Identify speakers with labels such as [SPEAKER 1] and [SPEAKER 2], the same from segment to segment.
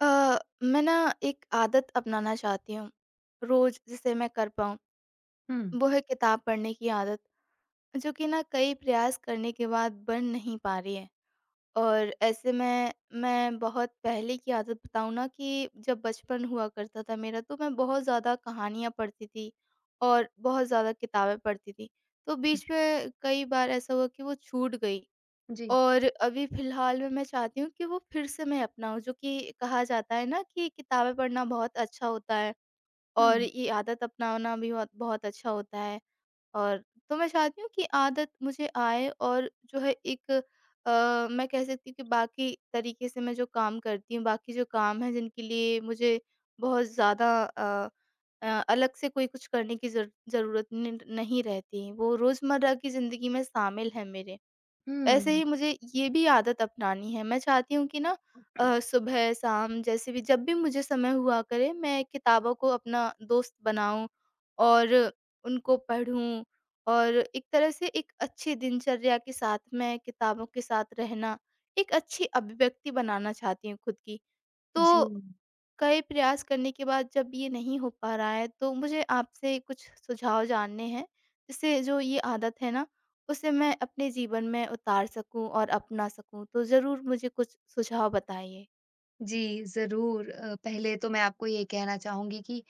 [SPEAKER 1] अ, मैं ना एक आदत अपनाना चाहती हूँ, रोज़ जिसे मैं कर पाऊँ,
[SPEAKER 2] हुँ,
[SPEAKER 1] वो है किताब पढ़ने की आदत, जो कि ना कई प्रयास करने के बाद बन नहीं पा रही है। और ऐसे में मैं बहुत पहले की आदत बताऊँ ना, कि जब बचपन हुआ करता था मेरा, तो मैं बहुत ज़्यादा कहानियाँ पढ़ती थी और बहुत ज़्यादा किताबें पढ़ती थी। तो बीच में कई बार ऐसा हुआ कि वो छूट गई।
[SPEAKER 2] जी।
[SPEAKER 1] और अभी फ़िलहाल में मैं चाहती हूँ कि वो फिर से मैं अपनाऊँ, जो कि कहा जाता है ना, कि किताबें पढ़ना बहुत अच्छा होता है
[SPEAKER 2] हुँ,
[SPEAKER 1] और ये आदत अपनाना भी बहुत बहुत अच्छा होता है। और तो मैं चाहती हूँ कि आदत मुझे आए, और जो है एक मैं कह सकती हूँ कि बाकी तरीके से मैं जो काम करती हूँ, बाकी जो काम है जिनके लिए मुझे बहुत ज़्यादा अलग से कोई कुछ करने की ज़रूरत नहीं नहीं रहती, वो रोज़मर्रा की ज़िंदगी में शामिल है मेरे। ऐसे
[SPEAKER 2] हुँ,
[SPEAKER 1] ही मुझे ये भी आदत अपनानी है। मैं चाहती हूँ कि ना सुबह, शाम, जैसे भी जब भी मुझे समय हुआ करे, मैं किताबों को अपना दोस्त बनाऊँ और उनको पढूँ, और एक तरह से एक अच्छी दिनचर्या के साथ मैं किताबों के साथ रहना, एक अच्छी अभिव्यक्ति बनाना चाहती हूँ खुद की।
[SPEAKER 2] जी।
[SPEAKER 1] तो कई प्रयास करने के बाद जब ये नहीं हो पा रहा है, तो मुझे आपसे कुछ सुझाव जानने हैं, जिससे जो ये आदत है ना, उसे मैं अपने जीवन में उतार सकूं और अपना सकूं, तो ज़रूर मुझे कुछ सुझाव बताइए।
[SPEAKER 2] जी, ज़रूर। पहले तो मैं आपको ये कहना चाहूँगी कि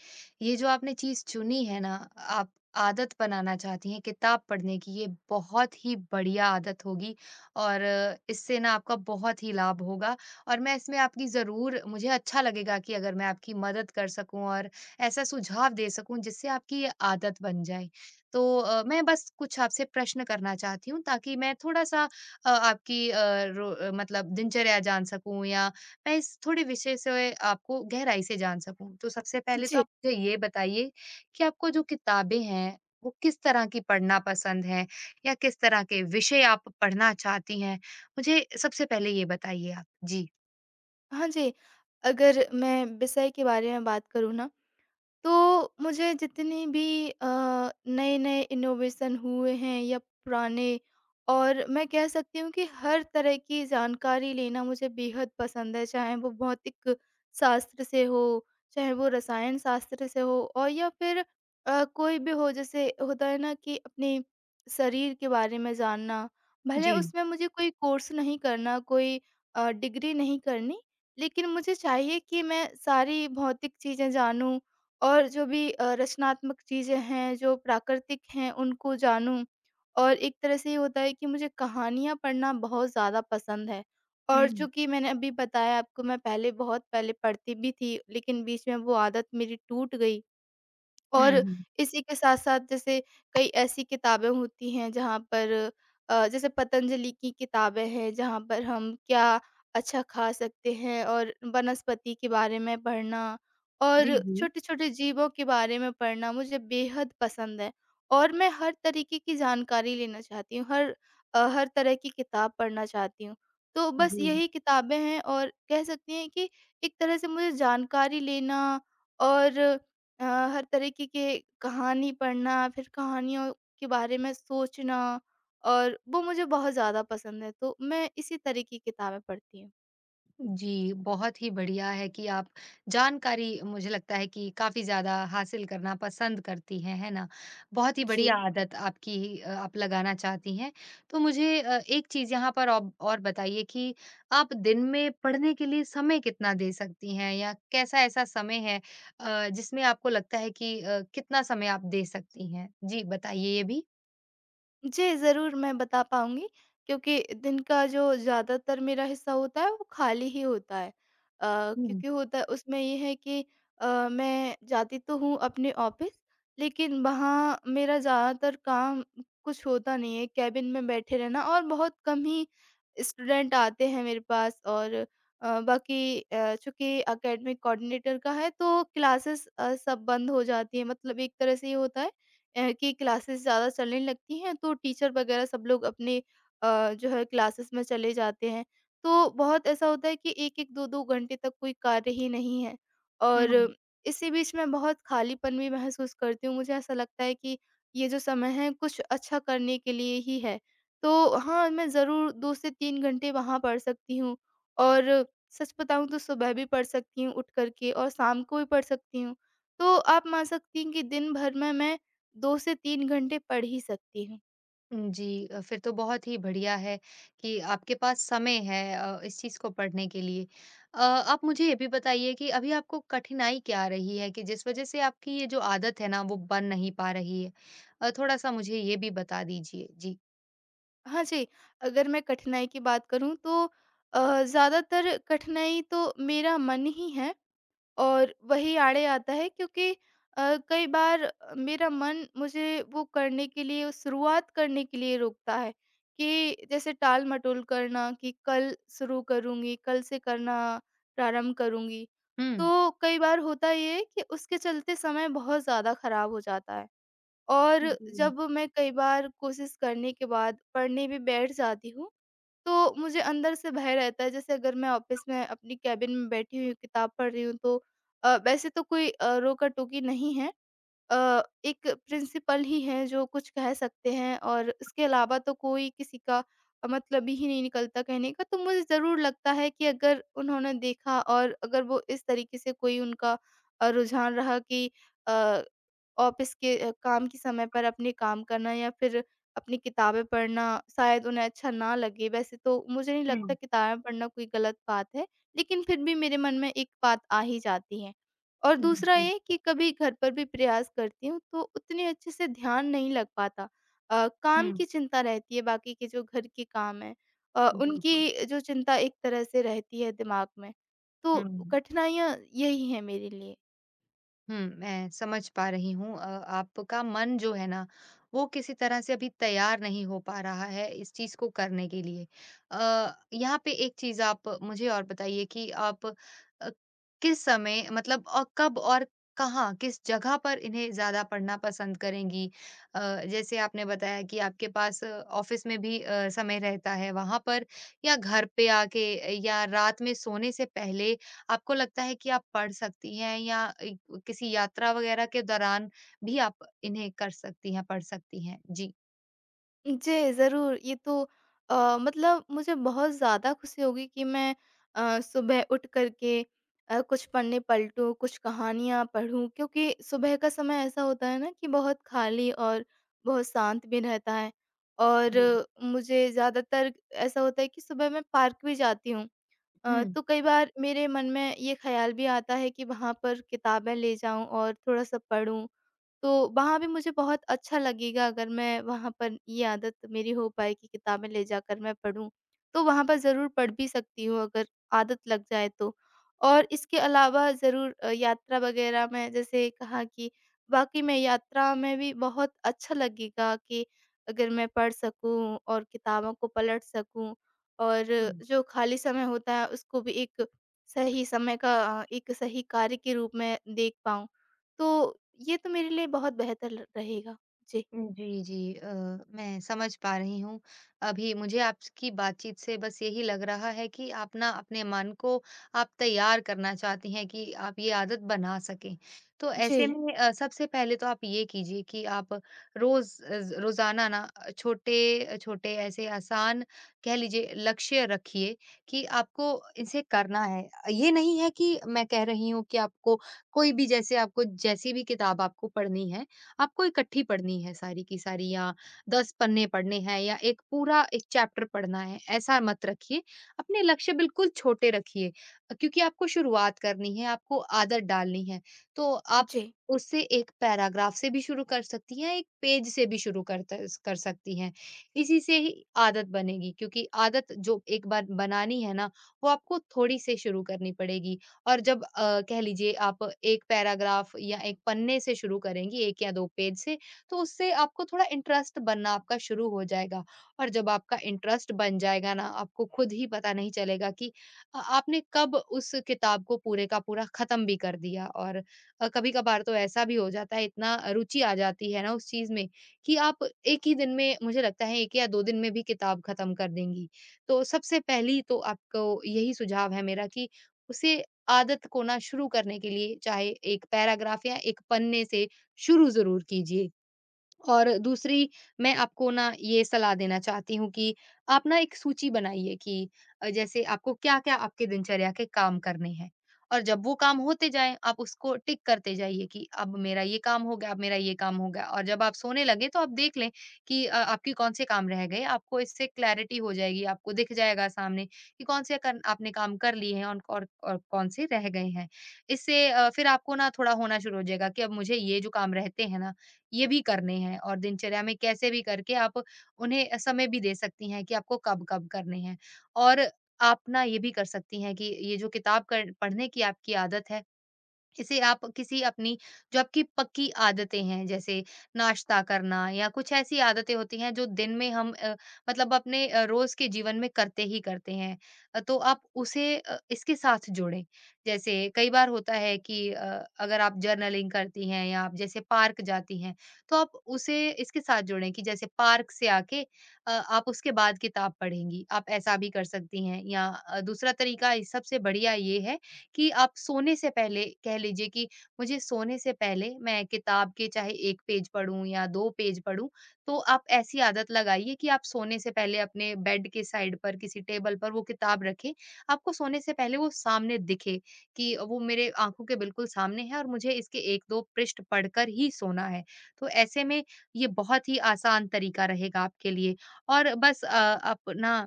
[SPEAKER 2] ये जो आपने चीज़ चुनी है ना, आप आदत बनाना चाहती हैं किताब पढ़ने की, ये बहुत ही बढ़िया आदत होगी और इससे ना आपका बहुत ही लाभ होगा। और मैं इसमें आपकी ज़रूर मुझे अच्छा लगेगा कि अगर मैं आपकी मदद कर सकूँ और ऐसा सुझाव दे सकूँ जिससे आपकी ये आदत बन जाए। तो मैं बस कुछ आपसे प्रश्न करना चाहती हूँ, ताकि मैं थोड़ा-सा आपकी मतलब दिनचर्या जान सकूँ, या मैं इस थोड़े विषय से आपको गहराई से जान सकूँ। तो सबसे पहले तो
[SPEAKER 1] जी।
[SPEAKER 2] आप मुझे ये बताइए कि आपको जो किताबें हैं, वो किस तरह की पढ़ना पसंद है या किस तरह के विषय आप पढ़ना चाहती हैं? मुझे सबसे पहले ये बताइए आप। जी।
[SPEAKER 1] हाँ जी, अगर मैं विषय के बारे में बात करूँ ना, तो मुझे जितने भी अ, नए-नए इनोवेशन हुए हैं या पुराने, और मैं कह सकती हूँ कि हर तरह की जानकारी लेना मुझे बेहद पसंद है, चाहे वो भौतिक शास्त्र से हो, चाहे वो रसायन शास्त्र से हो, और या फिर कोई भी हो, जैसे होता है ना कि अपने शरीर के बारे में जानना। भले
[SPEAKER 2] जी।
[SPEAKER 1] उसमें मुझे कोई कोर्स नहीं करना, कोई डिग्री नहीं करनी, लेकिन मुझे चाहिए कि मैं सारी भौतिक चीज़ें जानूँ, और जो भी रचनात्मक चीज़ें हैं, जो प्राकृतिक हैं, उनको जानूँ। और एक तरह से ये होता है कि मुझे कहानियाँ पढ़ना बहुत ज़्यादा पसंद है, और
[SPEAKER 2] हुँ।
[SPEAKER 1] चूँकि मैंने अभी बताया आपको, मैं पहले बहुत पहले पढ़ती भी थी, लेकिन बीच में वो आदत मेरी टूट गई।
[SPEAKER 2] हुँ,
[SPEAKER 1] और
[SPEAKER 2] हुँ।
[SPEAKER 1] इसी के साथ-साथ, जैसे कई ऐसी किताबें होती हैं जहाँ पर जैसे पतंजलि की किताबें हैं जहाँ पर हम क्या अच्छा खा सकते हैं और वनस्पति के बारे में पढ़ना,
[SPEAKER 2] जी,
[SPEAKER 1] और
[SPEAKER 2] जी।
[SPEAKER 1] छोटे-छोटे जीवों के बारे में पढ़ना मुझे बेहद पसंद है। और मैं हर तरीके की जानकारी लेना चाहती हूँ, हर तरह की किताब पढ़ना चाहती हूँ। तो बस
[SPEAKER 2] जी।
[SPEAKER 1] यही किताबें हैं और कह सकती हैं कि एक तरह से मुझे जानकारी लेना, और अ, हर तरीके के कहानी पढ़ना, फिर कहानियों के बारे में सोचना, और वो मुझे बहुत ज़्यादा पसंद है, तो मैं इसी तरह की किताबें पढ़ती हूँ।
[SPEAKER 2] जी, बहुत ही बढ़िया है कि आप जानकारी, मुझे लगता है, कि काफ़ी ज़्यादा हासिल करना पसंद करती हैं, है ना? बहुत ही
[SPEAKER 1] जी।
[SPEAKER 2] बढ़िया आदत आपकी आप लगाना चाहती हैं। तो मुझे एक चीज़ यहाँ पर औब और बताइए कि आप दिन में पढ़ने के लिए समय कितना दे सकती हैं, या कैसा ऐसा समय है जिसमें आपको लगता है कि कितना समय आप दे सकती हैं? जी, बताइए ये भी।
[SPEAKER 1] जी, ज़रूर मैं बता पाऊँगी, क्योंकि दिन का जो ज़्यादातर मेरा हिस्सा होता है, वो खाली ही होता है।
[SPEAKER 2] हुँ।
[SPEAKER 1] क्योंकि होता है उसमें ये है कि अ, मैं जाती तो हूँ अपने ऑफ़िस, लेकिन वहाँ मेरा ज़्यादातर काम कुछ होता नहीं है, केबिन में बैठे रहना और बहुत कम ही स्टूडेंट आते हैं मेरे पास, और बाकी चूँकि एकेडमिक कोऑर्डिनेटर का है, तो क्लासेस सब बंद हो जाती हैं। मतलब एक तरह से ये होता है की क्लासेस ज़्यादा चलने लगती हैं, तो टीचर वगैरह सब लोग अपने जो है क्लासेस में चले जाते हैं। तो बहुत ऐसा होता है कि 1-1 2-2 घंटे तक कोई कार्य ही नहीं है, और
[SPEAKER 2] हुँ।
[SPEAKER 1] इसी बीच मैं बहुत खालीपन भी महसूस करती हूँ। मुझे ऐसा लगता है कि ये जो समय है कुछ अच्छा करने के लिए ही है। तो हाँ, मैं ज़रूर 2 से 3 घंटे वहाँ पढ़ सकती हूँ, और सच बताऊँ तो सुबह भी पढ़ सकती हूँ उठ कर के, और शाम को भी पढ़ सकती हूँ। तो आप मान सकती हैं कि दिन भर में मैं 2 से 3 घंटे पढ़ ही सकती हूँ।
[SPEAKER 2] जी, फिर तो बहुत ही बढ़िया है कि आपके पास समय है इस चीज़ को पढ़ने के लिए। आप मुझे ये भी बताइए कि अभी आपको कठिनाई क्या आ रही है, कि जिस वज़ह से आपकी ये जो आदत है ना, वो बन नहीं पा रही है? थोड़ा-सा मुझे ये भी बता दीजिए। जी।
[SPEAKER 1] हाँ जी, अगर मैं कठिनाई की बात करूँ तो ज़्यादातर कठिनाई तो मेरा मन ही है, और वही आड़े आता है, क्योंकि कई बार मेरा मन मुझे वो करने के लिए, उस शुरुआत करने के लिए रोकता है, कि जैसे टाल-मटोल करना, कि कल शुरू करूँगी, कल से करना प्रारंभ करूँगी।
[SPEAKER 2] हुँ।
[SPEAKER 1] तो कई बार होता ये है कि उसके चलते समय बहुत ज़्यादा खराब हो जाता है। और
[SPEAKER 2] जी।
[SPEAKER 1] जब मैं कई बार कोशिश करने के बाद पढ़ने भी बैठ जाती हूँ, तो मुझे अंदर से भय रहता है, जैसे अगर मैं ऑफ़िस में अपनी केबिन में बैठी हुई हूँ, किताब पढ़ रही हूँ तो वैसे तो कोई रोका-टोकी नहीं है, एक प्रिंसिपल ही हैं जो कुछ कह सकते हैं, और इसके अलावा तो कोई किसी का मतलब ही नहीं निकलता कहने का। तो मुझे ज़रूर लगता है कि अगर उन्होंने देखा, और अगर वो इस तरीके से कोई उनका रुझान रहा कि अ, ऑफ़िस के काम के समय पर अपने काम करना या फिर अपनी किताबें पढ़ना, शायद उन्हें अच्छा ना लगे। वैसे तो मुझे नहीं लगता
[SPEAKER 2] हुँ।
[SPEAKER 1] किताबें पढ़ना कोई गलत बात है, लेकिन फिर भी मेरे मन में एक बात आ ही जाती है। और
[SPEAKER 2] हुँ,
[SPEAKER 1] दूसरा
[SPEAKER 2] हुँ।
[SPEAKER 1] ये कि कभी घर पर भी प्रयास करती हूँ, तो उतने अच्छे से ध्यान नहीं लग पाता। काम
[SPEAKER 2] हुँ,
[SPEAKER 1] की चिंता रहती है, बाकी के जो घर के काम हैं,
[SPEAKER 2] बिल्कुल।
[SPEAKER 1] उनकी जो चिंता एक तरह से रहती है दिमाग में। तो
[SPEAKER 2] हुँ।
[SPEAKER 1] कठिनाइयाँ यही हैं मेरे लिए।
[SPEAKER 2] मैं समझ पा रही हूँ आपका मन जो है ना, वो किसी तरह से अभी तैयार नहीं हो पा रहा है इस चीज़ को करने के लिए। यहाँ पे एक चीज़ आप मुझे और बताइए कि आप किस समय, मतलब, और कब और कहाँ, किस जगह पर इन्हें ज़्यादा पढ़ना पसंद करेंगी? अ, जैसे आपने बताया कि आपके पास ऑफ़िस में भी समय रहता है, वहाँ पर, या घर पे आके, या रात में सोने से पहले आपको लगता है कि आप पढ़ सकती हैं, या एक किसी यात्रा वगैरह के दौरान भी आप इन्हें कर सकती हैं, पढ़ सकती हैं? जी।
[SPEAKER 1] जी, ज़रूर। ये तो अ, मतलब मुझे बहुत ज़्यादा खुशी होगी कि मैं सुबह उठ कर के कुछ पन्ने पलटूँ, कुछ कहानियाँ पढूँ, क्योंकि सुबह का समय ऐसा होता है ना कि बहुत खाली और बहुत शांत भी रहता है। और मुझे ज़्यादातर ऐसा होता है कि सुबह मैं पार्क भी जाती हूँ,
[SPEAKER 2] हुँ,
[SPEAKER 1] तो कई बार मेरे मन में ये ख़्याल भी आता है कि वहाँ पर किताबें ले जाऊँ और थोड़ा-सा पढूँ। तो वहाँ भी मुझे बहुत अच्छा लगेगा, अगर मैं वहाँ पर ये आदत मेरी हो पाए कि किताबें ले जाकर मैं पढूँ, तो वहाँ पर ज़रूर पढ़ भी सकती हूँ, अगर आदत लग जाए तो। और इसके अलावा ज़रूर यात्रा वग़ैरह में जैसे कहा कि वाक़ई में यात्रा में भी बहुत अच्छा लगेगा, कि अगर मैं पढ़ सकूँ और किताबों को पलट सकूँ, और
[SPEAKER 2] हुँ।
[SPEAKER 1] जो खाली समय होता है उसको भी एक सही समय का एक सही कार्य के रूप में देख पाऊँ। तो ये तो मेरे लिए बहुत बेहतर ल रहेगा। जी।
[SPEAKER 2] जी, जी। मैं समझ पा रही हूँ। अभी मुझे आपकी बातचीत से बस यही लग रहा है कि आप ना अपने मन को आप तैयार करना चाहती हैं कि आप ये आदत बना सकें। तो ऐसे
[SPEAKER 1] जी,
[SPEAKER 2] में सबसे पहले तो आप ये कीजिए कि आप रोज़ाना ना छोटे-छोटे ऐसे आसान, कह लीजिए, लक्ष्य रखिए कि आपको इसे करना है। ये नहीं है कि मैं कह रही हूँ कि आपको कोई भी, जैसे आपको जैसी भी किताब आपको पढ़नी है, आपको इकट्ठी पढ़नी है सारी की सारी, या 10 पन्ने पढ़ने हैं, या एक पूरा एक चैप्टर पढ़ना है, ऐसा मत रखिए। अपने लक्ष्य बिल्कुल छोटे रखिए, क्योंकि आपको शुरुआत करनी है, आपको आदत डालनी है। तो आप
[SPEAKER 1] जी।
[SPEAKER 2] उससे एक पैराग्राफ से भी शुरू कर सकती हैं, एक पेज से भी शुरू कर सकती हैं। इसी से ही आदत बनेगी, क्योंकि आदत जो एक बार बनानी है ना, वो आपको थोड़ी से शुरू करनी पड़ेगी। और जब कह लीजिए आप एक पैराग्राफ या एक पन्ने से शुरू करेंगी, 1 या 2 पेज से, तो उससे आपको थोड़ा इंटरेस्ट बनना आपका शुरू हो जाएगा। और जब आपका इंटरेस्ट बन जाएगा ना, आपको खुद ही पता नहीं चलेगा कि आपने कब उस किताब को पूरे का पूरा ख़त्म भी कर दिया। और कभी-कभार तो ऐसा भी हो जाता है, इतना रुचि आ जाती है ना उस चीज़ में कि आप एक ही दिन में, मुझे लगता है 1 या 2 दिन में भी, किताब ख़त्म कर देंगी। तो सबसे पहली तो आपको यही सुझाव है मेरा कि उसे आदत को ना शुरू करने के लिए, चाहे 1 पैराग्राफ या 1 पन्ने से, शुरू ज़रूर कीजिए। और दूसरी, मैं आपको ना ये सलाह देना चाहती हूँ कि आप ना एक सूची बनाइए कि जैसे आपको क्या-क्या आपके दिनचर्या के काम करने हैं, और जब वो काम होते जाएँ, आप उसको टिक करते जाइए कि अब मेरा ये काम हो गया, अब मेरा ये काम हो गया। और जब आप सोने लगें तो आप देख लें कि आपके कौन-से काम रह गए। आपको इससे क्लैरिटी हो जाएगी, आपको दिख जाएगा सामने कि कौन-से कन आपने काम कर लिए हैं और कौन से रह गए हैं। इससे फिर आपको ना थोड़ा होना शुरू हो जाएगा कि अब मुझे ये जो काम रहते हैं ना, ये भी करने हैं, और दिनचर्या में कैसे भी करके आप उन्हें समय भी दे सकती हैं कि आपको कब-कब करने हैं। और आप ना ये भी कर सकती हैं कि ये जो किताब क पढ़ने की आपकी आदत है, इसे आप किसी अपनी, जो आपकी पक्की आदतें हैं, जैसे नाश्ता करना, या कुछ ऐसी आदतें होती हैं जो दिन में हम, मतलब अपने रोज के जीवन में, करते ही करते हैं, तो आप उसे इसके साथ जोड़ें। जैसे कई बार होता है कि, अगर आप जर्नलिंग करती हैं, या आप जैसे पार्क जाती हैं, तो आप उसे इसके साथ जोड़ें कि जैसे पार्क से आके आप उसके बाद किताब पढ़ेंगी, आप ऐसा भी कर सकती हैं। या दूसरा तरीका इस सबसे बढ़िया ये है कि आप सोने से पहले, कह लीजिए कि मुझे सोने से पहले मैं किताब के चाहे 1 पेज पढूँ या 2 पेज पढूँ, तो आप ऐसी आदत लगाइए कि आप सोने से पहले अपने बेड के साइड पर किसी टेबल पर वो किताब रखें। आपको सोने से पहले वो सामने दिखे कि वो मेरे आँखों के बिल्कुल सामने है, और मुझे इसके 1-2 पृष्ठ पढ़कर ही सोना है। तो ऐसे में ये बहुत ही आसान तरीका रहेगा आपके लिए। और बस अपना,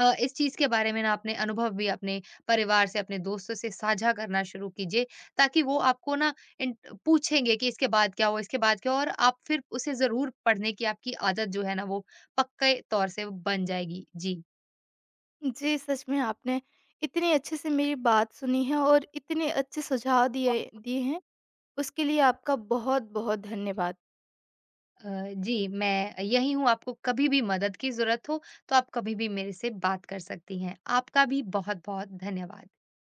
[SPEAKER 2] इस चीज़ के बारे में ना अपने अनुभव भी अपने परिवार से, अपने दोस्तों से साझा करना शुरू कीजिए, ताकि वो आपको ना इन पूछेंगे कि इसके बाद क्या हुआ, इसके बाद क्या हुआ, और आप फिर उसे ज़रूर पढ़ने की आपकी आदत जो है ना वो पक्के तौर से बन जाएगी। जी।
[SPEAKER 1] जी, सच में आपने इतने अच्छे से मेरी बात सुनी है, और इतने अच्छे सुझाव दिए दिए हैं, उसके लिए आपका बहुत-बहुत धन्यवाद।
[SPEAKER 2] अ, जी, मैं यहीं हूँ, आपको कभी भी मदद की ज़रूरत हो, तो आप कभी भी मेरे से बात कर सकती हैं। आपका भी बहुत-बहुत धन्यवाद।